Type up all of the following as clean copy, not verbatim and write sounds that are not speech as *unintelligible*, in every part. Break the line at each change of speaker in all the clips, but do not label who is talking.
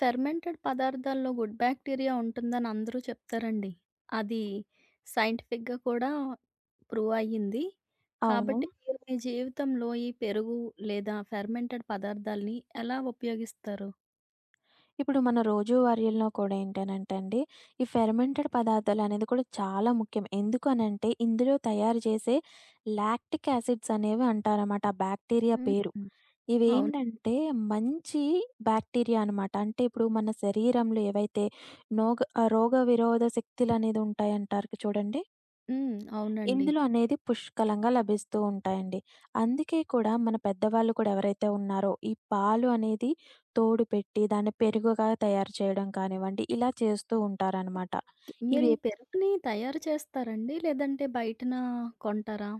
Fermented పదార్థాల్లో good bacteria ఉంటుందని అందరూ చెప్తారండి. అది సైంటిఫిక్‌గా కూడా ప్రూవ్ అయ్యింది.
అవును.
కాబట్టి మీరు మీ జీవితంలో ఈ పెరుగు లేదా ఫెర్మెంటెడ్ పదార్థాల్ని ఎలా ఉపయోగిస్తారు?
ఇప్పుడు మన రోజువారీల్లో కూడా ఏంటనంటే అండి, ఈ ఫెర్మెంటెడ్ పదార్థాలనేది కూడా చాలా ముఖ్యం. ఎందుకు అనంటే, ఇందులో తయారు చేసే లాక్టిక్ యాసిడ్స్ అనేవి అంటారనమాట. ఆ బ్యాక్టీరియా పేరు.
హ్మ్. అవును.
ఇవేంటంటే మంచి బ్యాక్టీరియా అనమాట. అంటే ఇప్పుడు మన శరీరంలో ఏవైతే రోగ విరోధ శక్తులనేది ఉంటాయంటారు చూడండి.
హ్మ్. అవునండి.
ఇందులో అనేది పుష్కలంగా లభిస్తూ ఉంటాయండి. అందుకే కూడా మన పెద్దవాళ్ళు కూడా ఎవరైతే ఉన్నారో, ఈ పాలు అనేది తోడు పెట్టి దాన్ని పెరుగుగా తయారు చేయడం కానివ్వండి, ఇలా చేస్తూ ఉంటారనమాట.
మీరు
ఇవి
ఈ పెరుగుని తయారు చేస్తారండి? లేదంటే బయటన కొంటారా?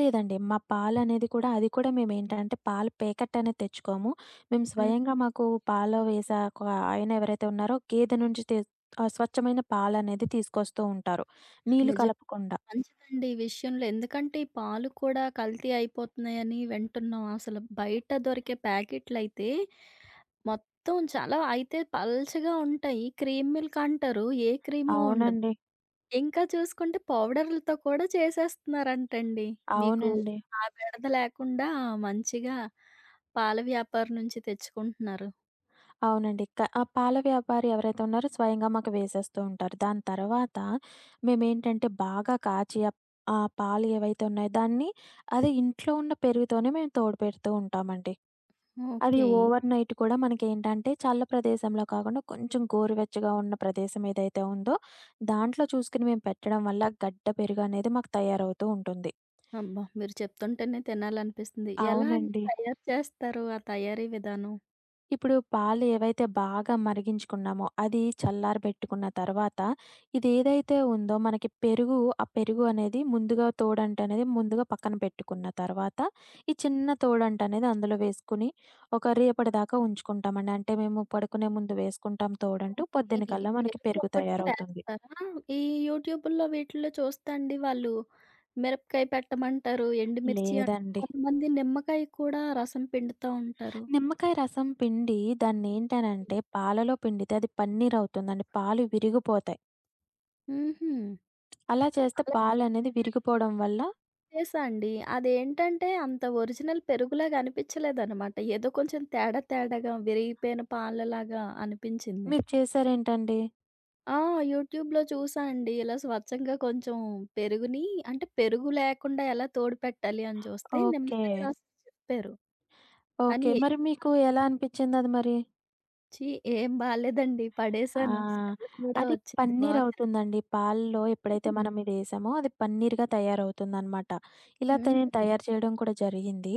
లేదండి. మా పాలనేది కూడా అది కూడా మేమేంటంటే పాల ప్యాకెట్ అనేది తెచ్చుకోము. మేము
హ్మ్.
స్వయంగా మాకు పాలు వేసే ఒక ఆయన ఎవరైతే ఉన్నారో గేదె నుంచి తె ఆహ్, స్వచ్ఛమైన పాలనేది తీసుకొస్తూ ఉంటారు. నీళ్లు
నిజ
కలపకుండా.
మంచిదండి ఈ విషయంలో. ఎందుకంటే, ఈ పాలు కూడా కల్తీ అయిపోతున్నాయని వింటున్నాం. అసలు బయట దొరికే ప్యాకెట్లయితే మొత్తం చాలా అయితే పల్చగా ఉంటాయి. క్రీమ్ మిల్క్ అంటారు. ఏ క్రీమో ఉండదు.
అవునండి.
ఇంకా చూసుకుంటే పౌడర్‌లతో కూడా చేసేస్తున్నారంటండి. మీకు
అవునండి.
ఆ బెడద లేకుండా మంచిగా పాల వ్యాపారి నుంచి తెచ్చుకుంటున్నారు.
అవునండి. ఆ పాల వ్యాపారి ఎవరైతే ఉన్నారో స్వయంగా మాకు వేసేస్తూ ఉంటారు. దాని తర్వాత మేమేంటంటే బాగా కాచి, ఆ పాలు ఏవైతే ఉన్నాయో దాన్ని అదే ఇంట్లో ఉన్న పెరుగుతోనే మేము తోడు పెడుతూ ఉంటామండి. అది
ఓకే.
ఓవర్ నైట్ కూడా మనకేంటంటే చల్ల ప్రదేశంలో కాకుండా కొంచెం గోరువెచ్చగా ఉన్న ప్రదేశం ఏదైతే ఉందో దాంట్లో చూసుకొని మేము పెట్టడం వల్ల గడ్డ పెరుగనేది మాకు తయారవుతూ ఉంటుంది.
అబ్బా! మీరు చెప్తుంటేనే తినాలనిపిస్తుంది. ఎలా అండి
అవునండి.
తయారు చేస్తారు? ఆ తయారీ విధానం?
ఇప్పుడు పాలు ఏవైతే బాగా మరిగించుకున్నామో, అది చల్లారబెట్టుకున్న తర్వాత, ఇదేదైతే ఉందో మనకి పెరుగు, ఆ పెరుగు అనేది ముందుగా తోడంట అనేది ముందుగా పక్కన పెట్టుకున్న తర్వాత, ఈ చిన్న తోడంట అనేది అందులో వేసుకొని, ఒక రేపటిదాకా ఉంచుకుంటామండి. అంటే మేము పడుకునే ముందు వేసుకుంటాం తోడంటూ,
ఈ
పొద్దునకల్లా మనకి
పెరుగు
పెరుగు
ఒక్కటే
తయారవుతుంది.
వేస్తారా? ఈ యూట్యూబుల్లో వీటిల్లో చూస్తా అండి వాళ్ళు మిరపకాయ పెట్టమంటారు, ఎండుమిర్చి అంటారు,
లేదండి.
కొంతమంది నిమ్మకాయ కూడా రసం పిండుతా ఉంటారు.
నిమ్మకాయ రసం పిండి దాన్నేంటనంటే, పాలలో పిండితే అది పన్నీరవుతుందండి. పాలు విరిగిపోతాయి.
హుహు.
అలా చేస్తే
అలా
పాలనేది
*unintelligible*
విరిగిపోవడం వల్ల
చేశా అండి. అదేంటంటే అంత ఒరిజినల్ పెరుగులాగా అనిపించలేదనమాట. ఏదో కొంచెం తేడా తేడాగా విరిగిపోయిన పాలలాగా అనిపించింది.
మీరు చేసారేంటండి?
ఆ! యూట్యూబ్‌లో చూసా అండి. ఇలా స్వచ్ఛంగా కొంచెం పెరుగుని అంటే పెరుగు లేకుండా ఎలా తోడు పెట్టాలి అని చూస్తే
ఓకే.
నిమ్మకాయ రసం చెప్పారు. కానీ
ఓకే. మరి మీకు ఎలా అనిపిచ్చిందది మరి?
ఛీ! ఏం బాలేదండి.
ఆ!
పడేసాను. స్మెల్ కూడా
అది
వచ్చింది. బాలేదు.
పన్నీరవుతుందండి. పాల్లో ఎప్పుడైతే
హ్మ్.
మనం ఇదేసామో అది పన్నీర్‌గా తయారవుతుందనమాట. ఇలా త నేను
హుహు.
తయారు చేయడం కూడా జరిగింది.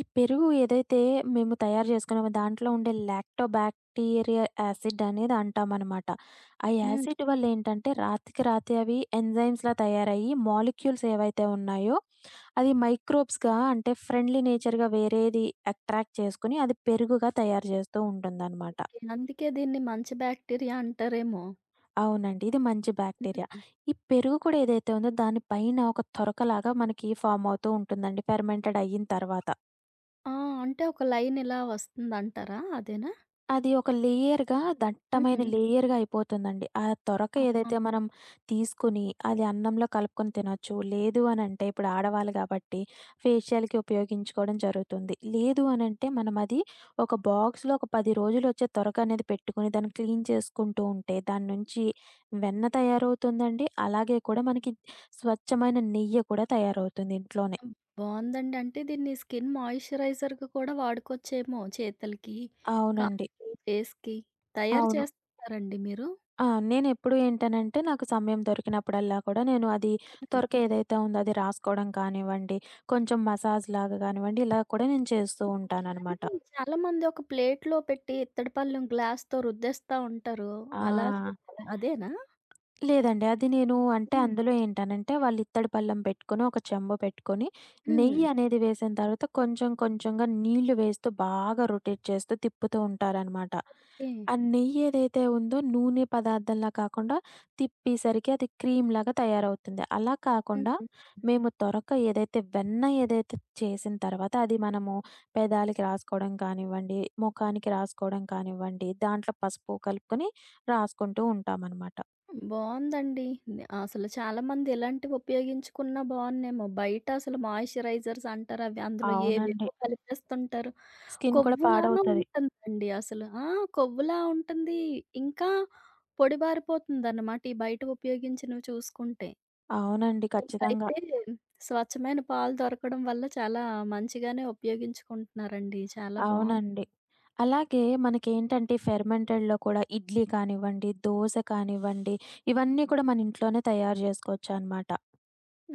ఈ పెరుగు ఏదైతే మేము తయారు చేసుకున్నామో దాంట్లో ఉండే లాక్టోబాక్టీరియా యాసిడ్ అనేది అంటామనమాట. ఆ
హ్మ్.
యాసిడ్ వల్లేంటంటే రాతికి రాతి అవి ఎంజైమ్స్‌లా తయారయ్యి మాలిక్యూల్స్ ఏవైతే ఉన్నాయో అది మైక్రోబ్స్‌గా అంటే ఫ్రెండ్లీ నేచర్‌గా వేరేది అట్రాక్ట్ చేసుకొని అది పెరుగుగా తయారు చేస్తూ ఉంటుందనమాట.
అందుకే దీన్ని మంచి బ్యాక్టీరియా అంటారేమో!
అవునండి. ఇది మంచి బ్యాక్టీరియా.
హ్మ్.
ఈ పెరుగు కూడా ఏదైతే ఉందో దాని పైన ఒక తొరకలాగా మనకి ఫార్మ్ అవుతూ ఉంటుందండి ఫెర్మెంటెడ్ అయిన తర్వాత.
ఆ! అంటే ఒక లైన్ ఇలా వస్తుందంటారా అదేనా?
అది ఒక లేయర్‌గా దట్టమైన
హ్మ్.
లేయర్‌గా అయిపోతుందండి. ఆ తొరక
ఆ!
ఏదైతే మనం తీసుకొని అది అన్నంలో కలుపుకొని తినొచ్చు. లేదు అనంటే ఇప్పుడు ఆడవాళ్ళు కాబట్టి ఫేషియల్‌కి ఉపయోగించుకోవడం జరుగుతుంది. లేదు అనంటే మనం అది ఒక బాక్స్‌లో ఒక 10 రోజులొచ్చే తొరక అనేది పెట్టుకొని దాన్ని క్లీన్ చేసుకుంటూ ఉంటే దాని నుంచి వెన్న తయారవుతుందండి. అలాగే కూడా మనకి స్వచ్ఛమైన నెయ్యి కూడా తయారవుతుంది ఇంట్లోనే.
బావుందండి. అంటే దీన్ని స్కిన్ మాయిశ్చరైజర్‌గా కూడా వాడుకోవచ్చేమో చేతులకి,
అవునండి.
కాళ్ళకి, ఫేస్‌కి తయారు
అవును.
చేస్తారండి మీరు?
ఆ! నేనెప్పుడు ఏంటనంటే, నాకు సమయం దొరికినప్పుడల్లా కూడా నేను అది
హ్మ్.
త్వరక ఏదైతే ఉందో అది రాసుకోవడం కానివ్వండి, కొంచెం మసాజ్ లాగా కానివ్వండి, ఇలా కూడా నేను చేస్తూ ఉంటాననమాట.
అంటే చాలామంది ఒక ప్లేట్‌లో పెట్టి ఇత్తడి పళ్ళెం గ్లాస్‌తో రుద్దేస్తా ఉంటారు.
ఆ!
అలా చేయాలా? అదేనా?
లేదండి. అది నేను అంటే
హ్మ్.
అందులో ఏంటనంటే వాళ్ళు ఇత్తడి పళ్ళెం పెట్టుకొని, ఒక చెంబు పెట్టుకొని,
హ్మ్.
నెయ్యి అనేది వేసిన తర్వాత కొంచెం కొంచెంగా నీళ్లు వేస్తూ బాగా రొటేట్ చేస్తూ తిప్పుతూ ఉంటారనమాట.
ఓకే.
ఆ నెయ్యి ఏదైతే ఉందో నూనె పదార్థంలా కాకుండా తిప్పేసరికి అది క్రీమ్‌లాగా తయారవుతుంది. అలా కాకుండా
హ్మ్.
మేము తొరక ఏదైతే వెన్న ఏదైతే చేసిన తర్వాత అది మనము పెదాలకి రాసుకోవడం కానివ్వండి, ముఖానికి రాసుకోవడం కానివ్వండి, దాంట్లో పసుపు కలుపుకొని రాసుకుంటూ ఉంటామనమాట.
బావుందండి. అసలు చాలామంది ఇలాంటివి ఉపయోగించుకున్నా బావున్నేమో. బయట అసలు మాయిశ్చరైజర్స్ అంటారు అవి అందులో
అవునండి.
ఏవేవో కలిపేస్తుంటారు.
స్కిన్ కూడా
కొవ్వులాగా
పాడవుతది.
ఉంటుందండి అసలు. ఆ! కొవ్వులా ఉంటుంది. ఇంకా పొడిబారిపోతుందన్నమాట ఈ బయట ఉపయోగించినవి చూసుకుంటే.
అవునండి. ఖచ్చితంగా.
ఇంకైతే స్వచ్ఛమైన పాలు దొరకడం వల్ల చాలా మంచిగానే ఉపయోగించుకుంటున్నారండి. చాలా బావుంది.
అవునండి. అలాగే మనకేంటంటే ఫెర్మెంటెడ్‌లో కూడా ఇడ్లీ కానివ్వండి, దోస కానివ్వండి, ఇవన్నీ కూడా మన ఇంట్లోనే తయారు జేసుకోవచ్చనమాట.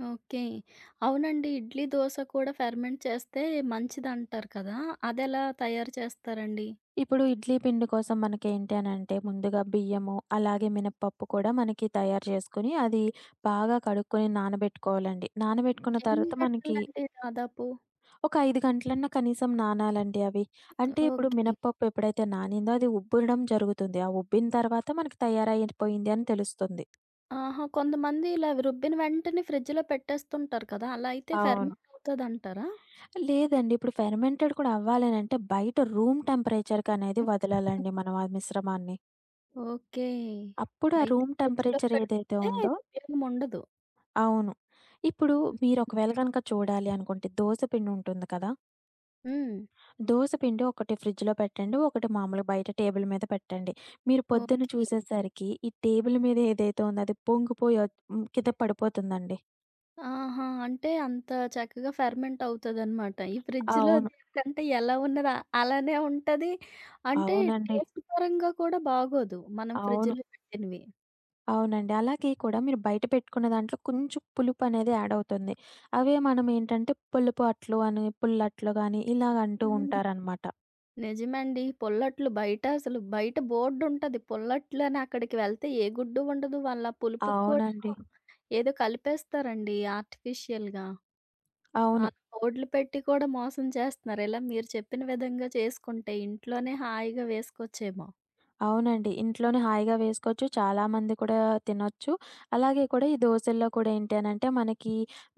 ఓకే. అవునండి. ఇడ్లీ, దోస కూడా ఫెర్మెంట్ చేస్తే మంచిదంటారు కదా! అదెలా తయారు చేస్తారండి?
ఇప్పుడు ఇడ్లీ పిండి కోసం మనకేంటి అనంటే ముందుగా బియ్యము, అలాగే మినపప్పు కూడా మనకి తయారు జేసుకొని, అది బాగా కడుక్కొని నానబెట్టుకోవాలండి. నానబెట్టుకున్న
ఎన్ని
తర్వాత మనకి
గంటలండి దాదాపు?
ఒక 5 గంటలన్నా కనీసం నానాలండి అవి. అంటే ఇప్పుడు
ఓకే.
మినపప్పు ఎప్పుడైతే నానిందో అది ఉబ్బడం జరుగుతుంది. ఆ ఉబ్బిన తర్వాత మనకి తయారైపోయింది అని తెలుస్తుంది.
ఆహా! కొంతమంది ఇలా రుబ్బిన వెంటనే ఫ్రిడ్జ్‌లో పెట్టేస్తుంటారు కదా! అలా అయితే
అవును.
ఫెర్మెంట్ అవుతదంటారా?
లేదండి. ఇప్పుడు ఫెర్మెంటెడ్ కూడా అవ్వాలనంటే బయట రూమ్ టెంపరేచర్‌కనేది
హ్మ్.
వదలాలండి మనం ఆ మిశ్రమాన్ని.
ఓకే.
అప్పుడు ఆ
అయితే
రూమ్
ఫ్రిడ్జ్‌లో
టెంపరేచర్ ఏదైతే
పెడితే
ఉందో
ఉపయోగం ఉండదు.
అవును. ఇప్పుడు మీరు
హుహు.
ఒకవేళ గనక చూడాలి అనుకుంటే దోస పిండి ఉంటుంది కదా!
హ్మ్.
దోస పిండి ఒకటి ఫ్రిడ్జ్‌లో పెట్టండి. ఒకటి మామూలుగా బయట టేబుల్ మీద పెట్టండి. మీరు పొద్దున
ఓకే.
చూసేసరికి ఈ టేబుల్ మీద ఏదైతే ఉందో అది పొంగిపోయి కింద పడిపోతుందండి.
ఆహా! అంటే అంత చక్కగా ఫెర్మెంట్ అవుతదనమాట. ఈ ఫ్రిడ్జ్‌లో
అవును.
దేనికంటే ఎలా ఉన్నదో అలానే ఉంటది. అంటే
అవునండి.
టేస్ట్ పరంగా కూడా బాగోదు. మనం
అవును.
ఫ్రిడ్జ్‌లో పెట్టినవి.
అవునండి. అలాగే కూడా మీరు బయట పెట్టుకున్న దాంట్లో కొంచెం పులుపనేది యాడ్ అవుతుంది. అవే మనం ఏంటంటే పులుపు అట్లు అని, పుల్లట్లు గాని ఇలాగ అంటూ ఉంటారనమాట.
నిజమండి. పొల్లట్లు బయట అసలు బయట బోర్డుంటది. పొల్లట్లని అక్కడికి వెళ్తే ఏ గుడ్డు ఉండదు. వాళ్ళ పులుపుకి కూడా
అవునండి.
ఏదో కలిపేస్తారండి ఆర్టిఫిషియల్‌గా.
అవును.
అలా బోర్డులు పెట్టి కూడా మోసం చేస్తున్నారు. ఇలా మీరు చెప్పిన విధంగా చేసుకుంటే ఇంట్లోనే హాయిగా వేసుకోవచ్చేమో.
అవునండి. ఇంట్లోనే హాయిగా వేసుకోవచ్చు. చాలామంది కూడా తినొచ్చు. అలాగే కూడా ఈ దోసల్లో కూడా ఏంటి అనంటే, మనకి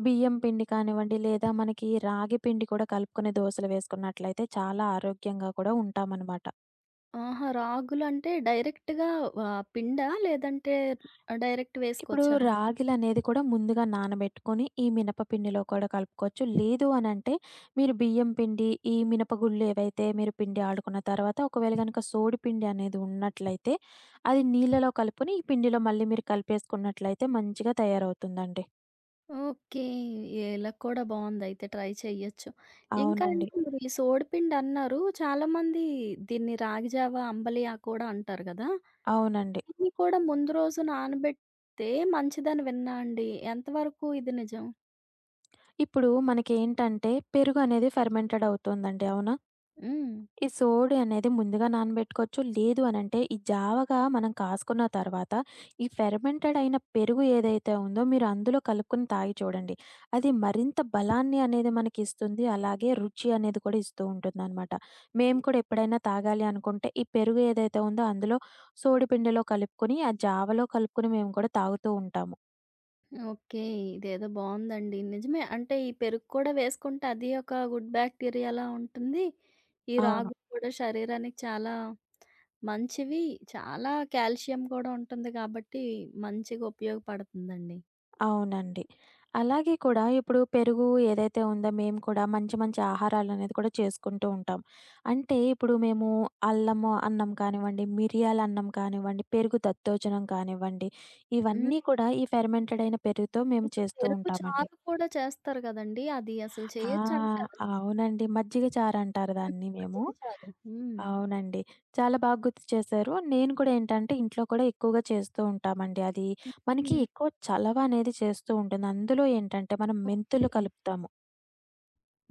బియ్యం పిండి కానివ్వండి, లేదా మనకి రాగి పిండి కూడా కలుపుకొని దోసలు వేసుకున్నట్లయితే చాలా ఆరోగ్యంగా కూడా ఉంటామనమాట.
ఆహా! రాగులంటే డైరెక్ట్‌గా పిండా? లేదంటే డైరెక్ట్
ఇప్పుడు
వేసుకోవచ్చా?
రాగిలనేది కూడా ముందుగా నానబెట్టుకొని, ఈ మినపపిండిలో కూడా కలుపుకోవచ్చు. లేదు అనంటే, మీరు బియ్యం పిండి, ఈ మినపగుళ్ళు ఏవైతే మీరు పిండి ఆడుకున్న తర్వాత, ఒకవేళ గనక సోడిపిండి అనేది ఉన్నట్లయితే, అది నీళ్ళలో కలుపుకొని, ఈ పిండిలో మళ్ళీ మీరు కలిపేసుకున్నట్లయితే మంచిగా తయారవుతుందండి.
ఓకే. ఇలా కూడా బావుందయితే ట్రై చెయ్యొచ్చు. ఇంకా అండి
అవునండి.
మీరు ఈ సోడిపిండన్నారు. చాలామంది దీన్ని రాగి జావ, అంబలియా కూడా అంటారు గదా!
అవునండి.
ఇవి కూడా ముందు రోజు నానబెడితే మంచిదని విన్నా అండి. ఎంతవరకు ఇది నిజం?
ఇప్పుడు మనకేంటంటే, పెరుగు అనేది ఫెర్మెంటెడ్ అవుతుందండి. అవునా?
హ్మ్.
ఈ సోడి అనేది ముందుగా నానబెట్టుకోవచ్చు. లేదు అనంటే ఈ జావగా మనం కాసుకున్న తర్వాత, ఈ ఫెర్మెంటెడ్ అయిన పెరుగు ఏదైతే ఉందో మీరు అందులో కలుపుకొని తాగి చూడండి. అది మరింత బలాన్ని అనేది మనకిస్తుంది. అలాగే రుచి అనేది కూడా ఇస్తూ ఉంటుందనమాట. మేము కూడా ఎప్పుడైనా తాగాలి అనుకుంటే ఈ పెరుగు ఏదైతే ఉందో అందులో సోడి పిండిలో కలుపుకొని, ఆ జావలో కలుపుకొని మేము కూడా తాగుతూ ఉంటాము.
ఓకే. ఇదేదో బావుందండి. నిజమే. అంటే ఈ పెరుగు కూడా వేసుకుంటే అది ఒక గుడ్ బ్యాక్టీరియాలా ఉంటుంది. ఈ
అవును.
రాగులు కూడా శరీరానికి చాలా మంచివి. చాలా కాల్షియం కూడా ఉంటుంది గాబట్టి, మంచిగా ఉపయోగపడుతుందండి.
అవునండి. అలాగే కూడా ఇప్పుడు పెరుగు ఏదైతే ఉందో మేము కూడా మంచి మంచి ఆహారాలనేది కూడా చేసుకుంటూ ఉంటాం. అంటే ఇప్పుడు మేము అల్లము అన్నం కానివ్వండి, మిరియాల అన్నం కానివ్వండి, పెరుగు దద్దోజనం కానివ్వండి,
హ్మ్.
ఇవన్నీ కూడా ఈ ఫెర్మెంటెడ్ అయిన పెరుగుతో మేము
ఇంకా
చేస్తూ
పెరుగు
ఉంటామండి.
చారు కూడా చేస్తారు గదండీ! అది అసలు
ఆ!
చేయొచ్చంటారా?
అవునండి. మజ్జిగ చారంటారు
హ్మ్.
దాన్ని మేము.
మజ్జిగ చారు. హ్మ్.
అవునండి. చాలా బాగా గుర్తు చేశారు. నేను కూడా ఏంటంటే ఇంట్లో కూడా ఎక్కువగా చేస్తూ ఉంటామండి. అది మనకి
హుహు.
ఎక్కువ చలవ అనేది చేస్తూ ఉంటుంది. అందులో ఏంటంటే మనం మెంతులు
ఓకే.
కలుపుతాము.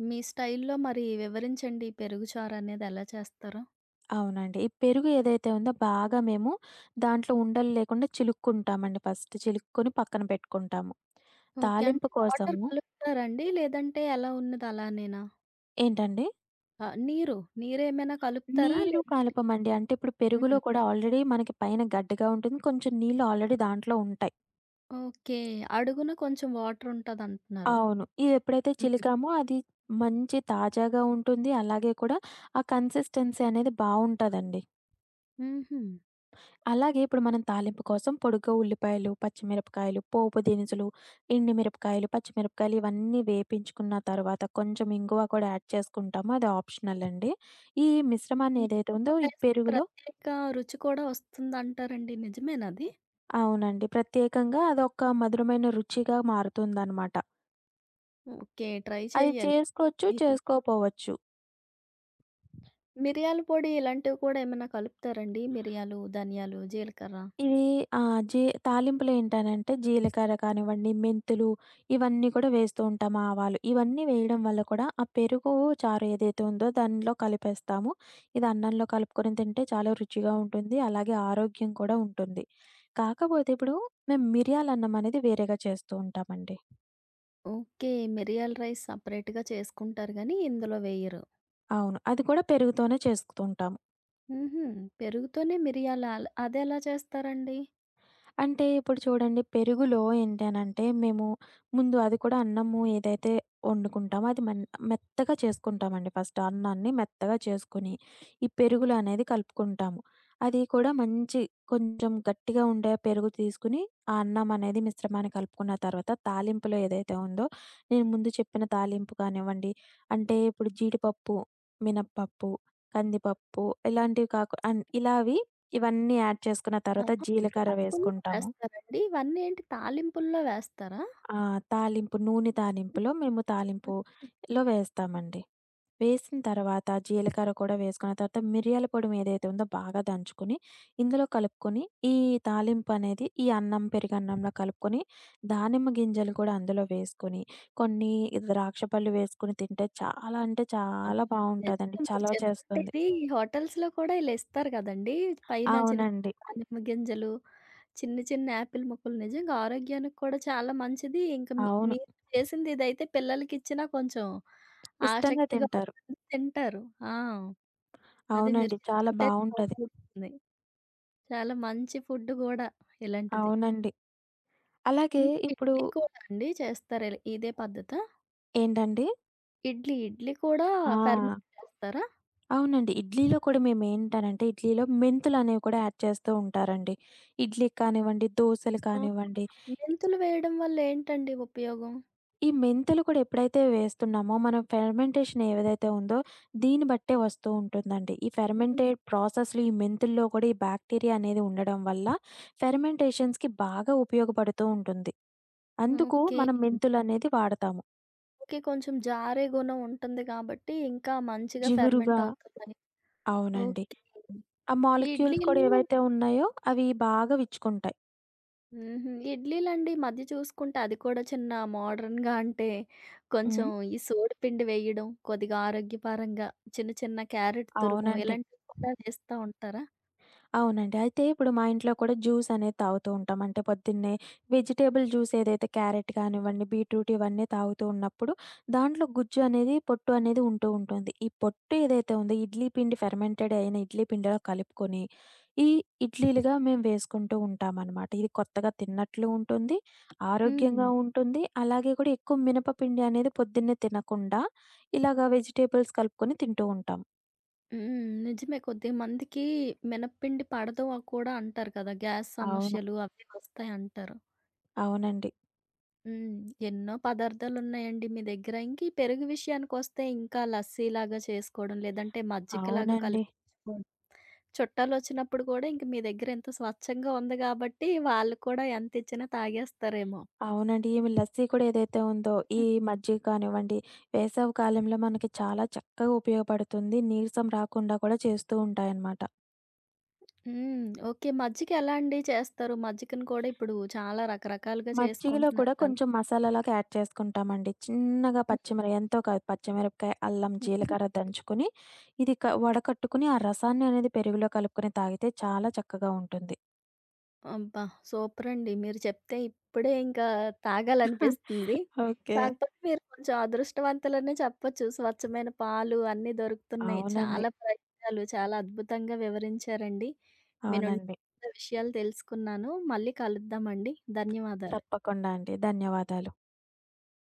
మీ స్టైల్‌లో మరి వివరించండి ఈ పెరుగు చారనేది ఎలా చేస్తారో?
అవునండి. ఈ పెరుగు ఏదైతే ఉందో బాగా మేము దాంట్లో ఉండలు లేకుండా చిలుక్కుంటామండి ఫస్ట్. చిలుక్కొని పక్కన పెట్టుకుంటాము.
ఓకే. అంటే
తాలింపు
వాటర్
కోసము
కలుపుతారండి? లేదంటే ఎలా ఉన్నది అలానేనా?
ఏంటండి?
ఆ! నీరు. నీరేమైనా కలుపుతారా?
నీరు
లేదంటే
కలపమండి. అంటే ఇప్పుడు పెరుగులో
హ్మ్.
కూడా ఆల్రెడీ మనకి పైన గడ్డగా ఉంటుంది. కొంచెం నీళ్ళు ఆల్రెడీ దాంట్లో ఉంటాయి.
ఓకే. అడుగున కొంచెం వాటరుంటదంటున్నారు.
అవును. ఇదెప్పుడైతే
హ్మ్.
చిలికామో అది మంచి తాజాగా ఉంటుంది. అలాగే కూడా ఆ కన్సిస్టెన్సీ అనేది బావుంటదండి.
హుహు.
అలాగే ఇప్పుడు మనం తాలింపు కోసం పొడుగ్గా ఉల్లిపాయలు, పచ్చిమిరపకాయలు, పోపు దినుసులు, ఎండు మిరపకాయలు, పచ్చిమిరపకాయలు ఇవన్నీ వేపించుకున్న తర్వాత కొంచెం ఇంగువ కూడా యాడ్ చేసుకుంటాము. అది ఆప్షనల్ అండి. ఈ మిశ్రమాన్ని ఏదైతే
ఎక్కువ
ఉందో ఈ
వేస్తే
పెరుగులో
ప్రత్యేక రుచి కూడా వస్తుందంటారండి. నిజమేనా అది?
అవునండి. ప్రత్యేకంగా అదొక మధురమైన రుచిగా మారుతుందనమాట.
ఓకే. ట్రై
అది
చేయాలి.
చేసుకోవచ్చు,
ఈ ఈ
చేసుకోపోవచ్చు.
మిరియాల పొడి ఇలాంటివి కూడా ఏమైనా కలుపుతారండి? మిరియాలు, ధనియాలు, జీలకర్ర?
ఇది ఆ! తాలింపులో ఏంటనంటే జీలకర్ర కానివ్వండి, మెంతులు ఇవన్నీ కూడా వేస్తూ ఉంటాం. ఆవాలు ఇవన్నీ వేయడం వల్ల కూడా ఆ పెరుగు చారు ఏదైతే ఉందో దానిలో కలిపేస్తాము. ఇది అన్నంలో కలుపుకొని తింటే చాలా రుచిగా ఉంటుంది. అలాగే ఆరోగ్యం కూడా ఉంటుంది. కాకపోతే ఇప్పుడు మేము మిరియాలన్నం అనేది వేరేగా చేస్తూ ఉంటామండి.
ఓకే. మిరియాల రైస్ సెపరేట్‌గా చేసుకుంటారు గానీ, ఇందులో వెయ్యరు.
అవును. అది కూడా పెరుగుతోనే చేస్తూ ఉంటాము.
హుహు. పెరుగుతోనే మిరియాలా? అదెలా చేస్తారండి?
అంటే ఇప్పుడు చూడండి పెరుగులో ఏంటి అనంటే మేము ముందు అది కూడా అన్నము ఏదైతే వండుకుంటామో అది మెత్తగా చేసుకుంటామండి. ఫస్ట్ అన్నాన్ని మెత్తగా చేసుకొని, ఈ పెరుగులు అనేది కలుపుకుంటాము. అది కూడా మంచి కొంచెం గట్టిగా ఉండే పెరుగు తీసుకొని, ఆ అన్నం అనేది మిశ్రమాన్ని కలుపుకున్న తర్వాత తాలింపులో ఏదైతే ఉందో, నేను ముందు చెప్పిన తాలింపు కానివ్వండి, అంటే ఇప్పుడు జీడిపప్పు, మినప్పప్పు, కందిపప్పు ఇలాంటివి కాకు అన్ ఇలావి ఇవన్నీ యాడ్ చేసుకున్న తర్వాత
ఆహా! అన్ని
జీలకర్ర
పప్పుల్లో
వేసుకుంటాము.
వేస్తారండి? ఇవన్నీ ఏంటి తాలింపుల్లో వేస్తారా?
ఆ! తాలింపు నూనె తాలింపులో మేము తాలింపులో వేస్తామండి. వేసిన తర్వాత జీలకర్ర కూడా వేసుకున్న తర్వాత మిరియాల పొడి ఏదైతే ఉందో బాగా దంచుకొని, ఇందులో కలుపుకొని ఈ తాలింపనేది ఈ అన్నం, పెరుగన్నంలో కలుపుకొని, దానిమ్మ గింజలు కూడా అందులో వేసుకొని, కొన్ని ద్రాక్ష పళ్ళు వేసుకొని తింటే చాలా అంటే చాలా
అబ్బా! నిజంగా
బావుంటదండి.
మీరు
చలవ
చెప్తుంటే
చేస్తుంది.
ఇది హోటల్స్‌లో కూడా ఇలా ఇస్తారు కదండీ! పైన చిన్న
అవునండి.
చిన్న దానిమ్మ గింజలు, చిన్న చిన్న యాపిల్ ముక్కలు నిజంగా ఆరోగ్యానికి కూడా చాలా మంచిది. ఇంకా మీ
అవును.
మీరు చేసింది ఇదైతే పిల్లలకిచ్చినా కొంచెం
ఇష్టంగా
ఆసక్తిగా
తింటారు.
ఉంటుంది తింటారు. ఆ! అదే మీరు
అవునండి. చాలా
చెప్తుంటే
బావుంటది.
నోరూరుతుంది. చాలా మంచి ఫుడ్ గూడా ఇలాంటిది.
అవునండి. అలాగే
ఇంకా
ఇప్పుడు
ఇడ్లీ కూడా అండి చేస్తారా? ఇదే పద్ధతా?
ఏంటండి?
ఇడ్లీ కూడా
ఆ!
ఫెర్మెంట్ చేస్తారా?
అవునండి. ఇడ్లీలో కూడా మేమేంటనంటే, ఇడ్లీలో మెంతులనేవి కూడా యాడ్ చేస్తూ ఉంటారండి. ఇడ్లీకి కానివ్వండి, దోసలు
ఆ!
కానివ్వండి,
మెంతులు వేయడం వల్ల ఏంటండి ఉపయోగం?
ఈ మెంతులు కూడా ఎప్పుడైతే వేస్తున్నామో, మనం ఫెర్మెంటేషన్ ఏదైతే ఉందో, దీన్ని బట్టే వస్తూ ఉంటుందండి. ఈ
హ్మ్.
ఫెర్మెంటెడ్ ప్రాసెస్‌లో ఈ మెంతుల్లో కూడా ఈ బ్యాక్టీరియా అనేది ఉండడం వల్ల, ఫెర్మెంటేషన్స్‌కి బాగా ఉపయోగపడుతూ ఉంటుంది. అందుకు
ఓకే.
మనం మెంతులనేది వాడతాము.
ఓకే. కొంచెం జారే గుణం ఉంటుంది కాబట్టి ఇంకా మంచిగా ఫెర్మెంట్
జిగురుగా
అవుతుందని.
అవునండి.
ఓకే. హ్మ్.
ఆ
ఈ
మాలిక్యూల్స్
ఇడ్లీలు
కూడా ఏవైతే ఉన్నాయో అవి బాగా విచ్చుకుంటాయి.
హుహు. ఇడ్లీలండి ఈ మధ్య చూసుకుంటే అది కూడా చిన్న మోడర్న్‌గా అంటే కొంచెం
హ్మ్.
ఈ సోడి పిండి వేయడం, కొద్దిగా ఆరోగ్యపరంగా చిన్న చిన్న క్యారెట్ తురుము
అవునండి.
ఇలాంటివి కూడా వేస్తా ఉంటారా?
అవునండి. అయితే ఇప్పుడు మా ఇంట్లో కూడా జ్యూస్ అనేది తాగుతూ ఉంటాం. అంటే పొద్దున్నే వెజిటబుల్ జ్యూస్ ఏదైతే క్యారెట్ కానివ్వండి, బీట్రూట్ ఇవన్నీ తాగుతూ ఉన్నప్పుడు దాంట్లో గుజ్జు అనేది, పొట్టు అనేది ఉంటూ ఉంటుంది. ఈ పొట్టు ఏదైతే ఉందో ఇడ్లీ పిండి ఫెర్మెంటెడ్ అయిన ఇడ్లీ పిండిలో కలుపుకొని ఈ ఇడ్లీలుగా మేము వేసుకుంటూ ఉంటామనమాట. ఇది కొత్తగా తిన్నట్లు ఉంటుంది.
హ్మ్.
ఆరోగ్యంగా ఉంటుంది. అలాగే కూడా ఎక్కువ మినపపిండి అనేది పొద్దున్నే తినకుండా ఇలాగ వెజిటబుల్స్ కలుపుకొని తింటూ ఉంటాం.
హ్మ్. నిజమే కొద్దిమందికి మినపపిండి పడదు కూడా అంటారు కదా! గ్యాస్
అవును.
సమస్యలు అవి వస్తాయంటారు.
అవునండి.
హ్మ్. ఎన్నో పదార్థాలున్నాయండి మీ దగ్గర. ఇంక ఈ పెరుగు విషయానికొస్తే ఇంకా లస్సీలాగా చేసుకోవడం, లేదంటే మజ్జికలాగా
అవునండి.
కలిపించుకోవడం. చుట్టాలొచ్చినప్పుడు కూడా ఇంక మీ దగ్గర ఇంత స్వచ్ఛంగా ఉంది గాబట్టి వాళ్ళు కూడా ఎంతిచ్చినా తాగేస్తారేమో.
అవునండి. ఈ లస్సీ కూడా ఏదైతే ఉందో, ఈ
హ్మ్.
మజ్జిగ కానివ్వండి, వేసవి కాలంలో మనకి చాలా చక్కగా ఉపయోగపడుతుంది. నీరసం రాకుండా కూడా చేస్తూ ఉంటాయన్నమాట.
హ్మ్. ఓకే. మజ్జిక ఎలా అండి చేస్తారు? మజ్జికను కూడా ఇప్పుడు చాలా రకరకాలుగా
మజ్జిగలో
చేసుకుంటున్నారు
కూడా
కదా!
కొంచెం మసాలాలాగా యాడ్ చేసుకుంటామండి. చిన్నగా
హ్మ్.
పచ్చిమిర ఎంతో కాదు పచ్చిమిరపకాయ, అల్లం,
హ్మ్.
జీలకర్ర దంచుకొని, ఇది వడకట్టుకుని ఆ రసాన్ని అనేది పెరుగులో కలుపుకొని తాగితే చాలా చక్కగా ఉంటుంది.
అబ్బా! సూపరండి. మీరు చెప్తే ఇప్పుడే ఇంకా
*laughs*
తాగాలనిపిస్తుంది.
ఓకే.
కాకపోతే మీరు కొంచెం అదృష్టవంతులనే చెప్పొచ్చు. స్వచ్ఛమైన పాలు అన్నీ దొరుకుతున్నాయి.
అవునండి.
చాలా ప్రయత్నాలు చాలా అద్భుతంగా వివరించారండి. మీ నుండి
అవునండి.
విషయాలు తెలుసుకున్నాను. మళ్ళీ కలుద్దామండి. ధన్యవాదాలు.
తప్పకుండా అండి. ధన్యవాదాలు.